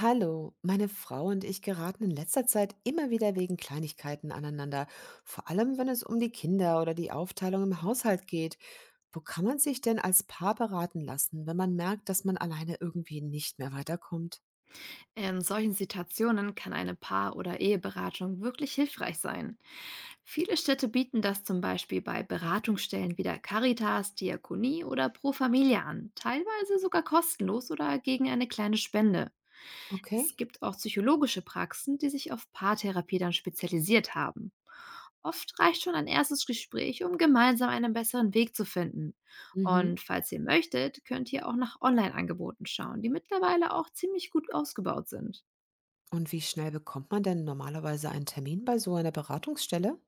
Hallo, meine Frau und ich geraten in letzter Zeit immer wieder wegen Kleinigkeiten aneinander, vor allem wenn es um die Kinder oder die Aufteilung im Haushalt geht. Wo kann man sich denn als Paar beraten lassen, wenn man merkt, dass man alleine irgendwie nicht mehr weiterkommt? In solchen Situationen kann eine Paar- oder Eheberatung wirklich hilfreich sein. Viele Städte bieten das zum Beispiel bei Beratungsstellen wie der Caritas, Diakonie oder Pro Familia an, teilweise sogar kostenlos oder gegen eine kleine Spende. Es Okay. gibt auch psychologische Praxen, die sich auf Paartherapie dann spezialisiert haben. Oft reicht schon ein erstes Gespräch, um gemeinsam einen besseren Weg zu finden. Mhm. Und falls ihr möchtet, könnt ihr auch nach Online-Angeboten schauen, die mittlerweile auch ziemlich gut ausgebaut sind. Und wie schnell bekommt man denn normalerweise einen Termin bei so einer Beratungsstelle?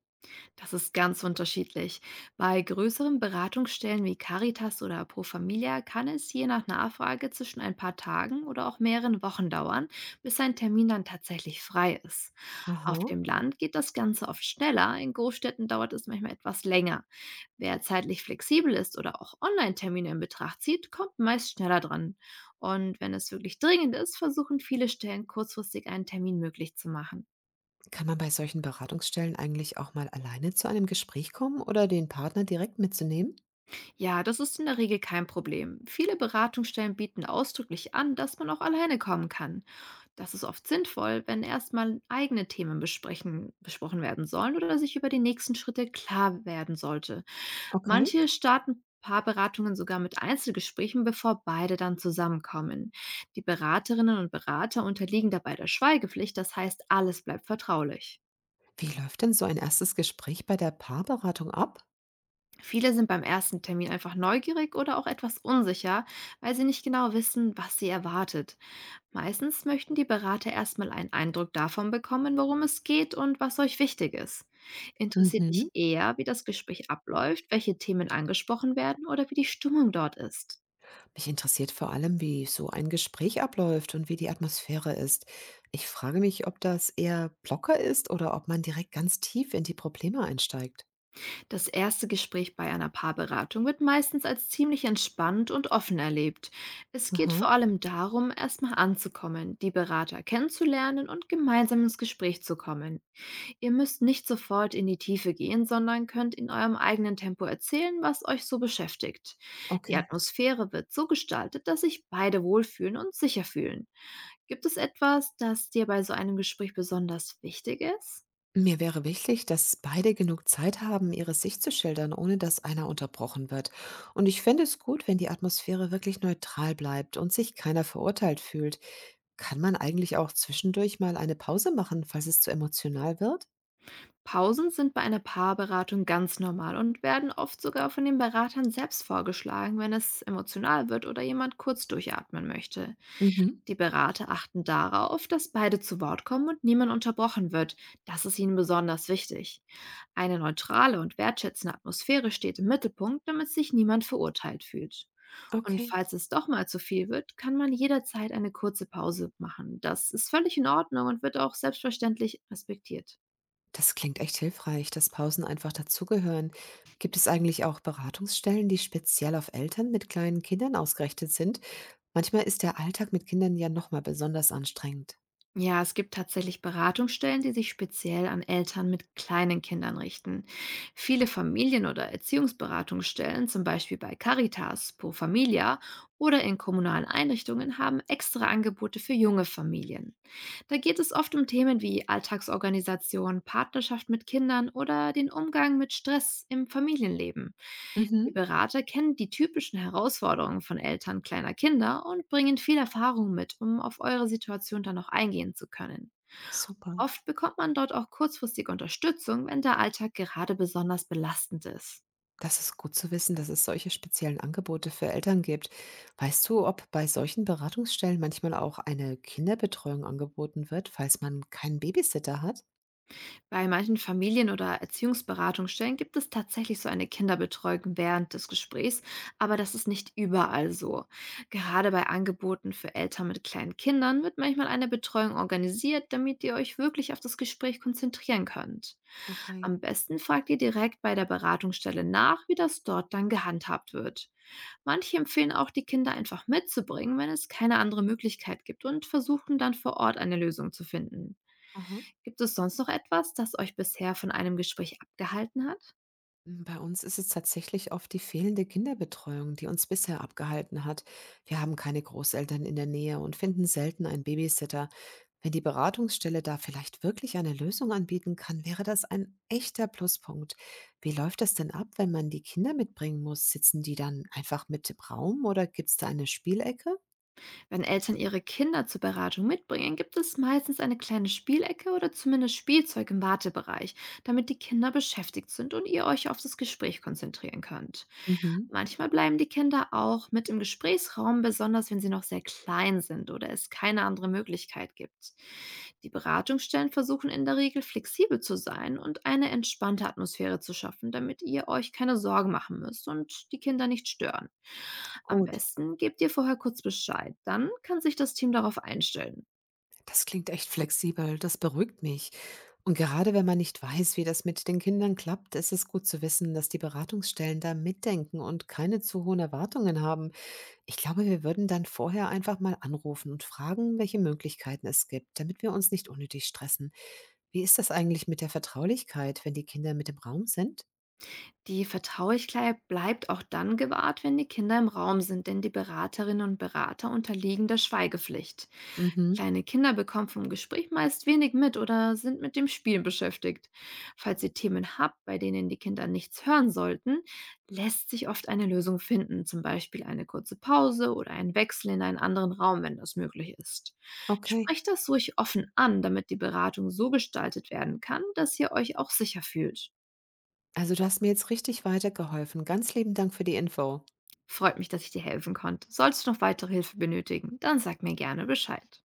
Das ist ganz unterschiedlich. Bei größeren Beratungsstellen wie Caritas oder Pro Familia kann es je nach Nachfrage zwischen ein paar Tagen oder auch mehreren Wochen dauern, bis ein Termin dann tatsächlich frei ist. Auf Aha. dem Land geht das Ganze oft schneller, in Großstädten dauert es manchmal etwas länger. Wer zeitlich flexibel ist oder auch Online-Termine in Betracht zieht, kommt meist schneller dran. Und wenn es wirklich dringend ist, versuchen viele Stellen kurzfristig einen Termin möglich zu machen. Kann man bei solchen Beratungsstellen eigentlich auch mal alleine zu einem Gespräch kommen oder den Partner direkt mitzunehmen? Ja, das ist in der Regel kein Problem. Viele Beratungsstellen bieten ausdrücklich an, dass man auch alleine kommen kann. Das ist oft sinnvoll, wenn erstmal eigene Themen besprechen, besprochen werden sollen oder sich über die nächsten Schritte klar werden sollte. Okay. Manche starten Paarberatungen sogar mit Einzelgesprächen, bevor beide dann zusammenkommen. Die Beraterinnen und Berater unterliegen dabei der Schweigepflicht, das heißt, alles bleibt vertraulich. Wie läuft denn so ein erstes Gespräch bei der Paarberatung ab? Viele sind beim ersten Termin einfach neugierig oder auch etwas unsicher, weil sie nicht genau wissen, was sie erwartet. Meistens möchten die Berater erstmal einen Eindruck davon bekommen, worum es geht und was euch wichtig ist. Interessiert Mhm. dich eher, wie das Gespräch abläuft, welche Themen angesprochen werden oder wie die Stimmung dort ist? Mich interessiert vor allem, wie so ein Gespräch abläuft und wie die Atmosphäre ist. Ich frage mich, ob das eher locker ist oder ob man direkt ganz tief in die Probleme einsteigt. Das erste Gespräch bei einer Paarberatung wird meistens als ziemlich entspannt und offen erlebt. Es geht vor Aha, allem darum, erstmal anzukommen, die Berater kennenzulernen und gemeinsam ins Gespräch zu kommen. Ihr müsst nicht sofort in die Tiefe gehen, sondern könnt in eurem eigenen Tempo erzählen, was euch so beschäftigt. Die okay. Atmosphäre wird so gestaltet, dass sich beide wohlfühlen und sicher fühlen. Gibt es etwas, das dir bei so einem Gespräch besonders wichtig ist? Mir wäre wichtig, dass beide genug Zeit haben, ihre Sicht zu schildern, ohne dass einer unterbrochen wird. Und ich fände es gut, wenn die Atmosphäre wirklich neutral bleibt und sich keiner verurteilt fühlt. Kann man eigentlich auch zwischendurch mal eine Pause machen, falls es zu emotional wird? Pausen sind bei einer Paarberatung ganz normal und werden oft sogar von den Beratern selbst vorgeschlagen, wenn es emotional wird oder jemand kurz durchatmen möchte. Mhm, Die Berater achten darauf, dass beide zu Wort kommen und niemand unterbrochen wird. Das ist ihnen besonders wichtig. Eine neutrale und wertschätzende Atmosphäre steht im Mittelpunkt, damit sich niemand verurteilt fühlt. Und okay. falls es doch mal zu viel wird, kann man jederzeit eine kurze Pause machen. Das ist völlig in Ordnung und wird auch selbstverständlich respektiert. Das klingt echt hilfreich, dass Pausen einfach dazugehören. Gibt es eigentlich auch Beratungsstellen, die speziell auf Eltern mit kleinen Kindern ausgerichtet sind? Manchmal ist der Alltag mit Kindern ja nochmal besonders anstrengend. Ja, es gibt tatsächlich Beratungsstellen, die sich speziell an Eltern mit kleinen Kindern richten. Viele Familien- oder Erziehungsberatungsstellen, zum Beispiel bei Caritas, Pro Familia oder in kommunalen Einrichtungen, haben extra Angebote für junge Familien. Da geht es oft um Themen wie Alltagsorganisation, Partnerschaft mit Kindern oder den Umgang mit Stress im Familienleben. Die Mhm, Berater kennen die typischen Herausforderungen von Eltern kleiner Kinder und bringen viel Erfahrung mit, um auf eure Situation dann noch eingehen zu können. super. Oft bekommt man dort auch kurzfristig Unterstützung, wenn der Alltag gerade besonders belastend ist. Das ist gut zu wissen, dass es solche speziellen Angebote für Eltern gibt. Weißt du, ob bei solchen Beratungsstellen manchmal auch eine Kinderbetreuung angeboten wird, falls man keinen Babysitter hat? Bei manchen Familien- oder Erziehungsberatungsstellen gibt es tatsächlich so eine Kinderbetreuung während des Gesprächs, aber das ist nicht überall so. Gerade bei Angeboten für Eltern mit kleinen Kindern wird manchmal eine Betreuung organisiert, damit ihr euch wirklich auf das Gespräch konzentrieren könnt. Okay. Am besten fragt ihr direkt bei der Beratungsstelle nach, wie das dort dann gehandhabt wird. Manche empfehlen auch, die Kinder einfach mitzubringen, wenn es keine andere Möglichkeit gibt und versuchen dann vor Ort eine Lösung zu finden. Aha. Gibt es sonst noch etwas, das euch bisher von einem Gespräch abgehalten hat? Hm, bei uns ist es tatsächlich oft die fehlende Kinderbetreuung, die uns bisher abgehalten hat. Wir haben keine Großeltern in der Nähe und finden selten einen Babysitter. Wenn die Beratungsstelle da vielleicht wirklich eine Lösung anbieten kann, wäre das ein echter Pluspunkt. Wie läuft das denn ab, wenn man die Kinder mitbringen muss? Sitzen die dann einfach mit im Raum oder gibt es da eine Spielecke? Wenn Eltern ihre Kinder zur Beratung mitbringen, gibt es meistens eine kleine Spielecke oder zumindest Spielzeug im Wartebereich, damit die Kinder beschäftigt sind und ihr euch auf das Gespräch konzentrieren könnt. Mhm, Manchmal bleiben die Kinder auch mit im Gesprächsraum, besonders wenn sie noch sehr klein sind oder es keine andere Möglichkeit gibt. Die Beratungsstellen versuchen in der Regel flexibel zu sein und eine entspannte Atmosphäre zu schaffen, damit ihr euch keine Sorgen machen müsst und die Kinder nicht stören. Am gut. besten gebt ihr vorher kurz Bescheid, dann kann sich das Team darauf einstellen. Das klingt echt flexibel, das beruhigt mich. Und gerade wenn man nicht weiß, wie das mit den Kindern klappt, ist es gut zu wissen, dass die Beratungsstellen da mitdenken und keine zu hohen Erwartungen haben. Ich glaube, wir würden dann vorher einfach mal anrufen und fragen, welche Möglichkeiten es gibt, damit wir uns nicht unnötig stressen. Wie ist das eigentlich mit der Vertraulichkeit, wenn die Kinder mit im Raum sind? Die Vertraulichkeit bleibt auch dann gewahrt, wenn die Kinder im Raum sind, denn die Beraterinnen und Berater unterliegen der Schweigepflicht. Mhm, Kleine Kinder bekommen vom Gespräch meist wenig mit oder sind mit dem Spielen beschäftigt. Falls ihr Themen habt, bei denen die Kinder nichts hören sollten, lässt sich oft eine Lösung finden, zum Beispiel eine kurze Pause oder ein Wechsel in einen anderen Raum, wenn das möglich ist. okay. Sprecht das ruhig offen an, damit die Beratung so gestaltet werden kann, dass ihr euch auch sicher fühlt. Also du hast mir jetzt richtig weitergeholfen. Ganz lieben Dank für die Info. Freut mich, dass ich dir helfen konnte. Sollst du noch weitere Hilfe benötigen, dann sag mir gerne Bescheid.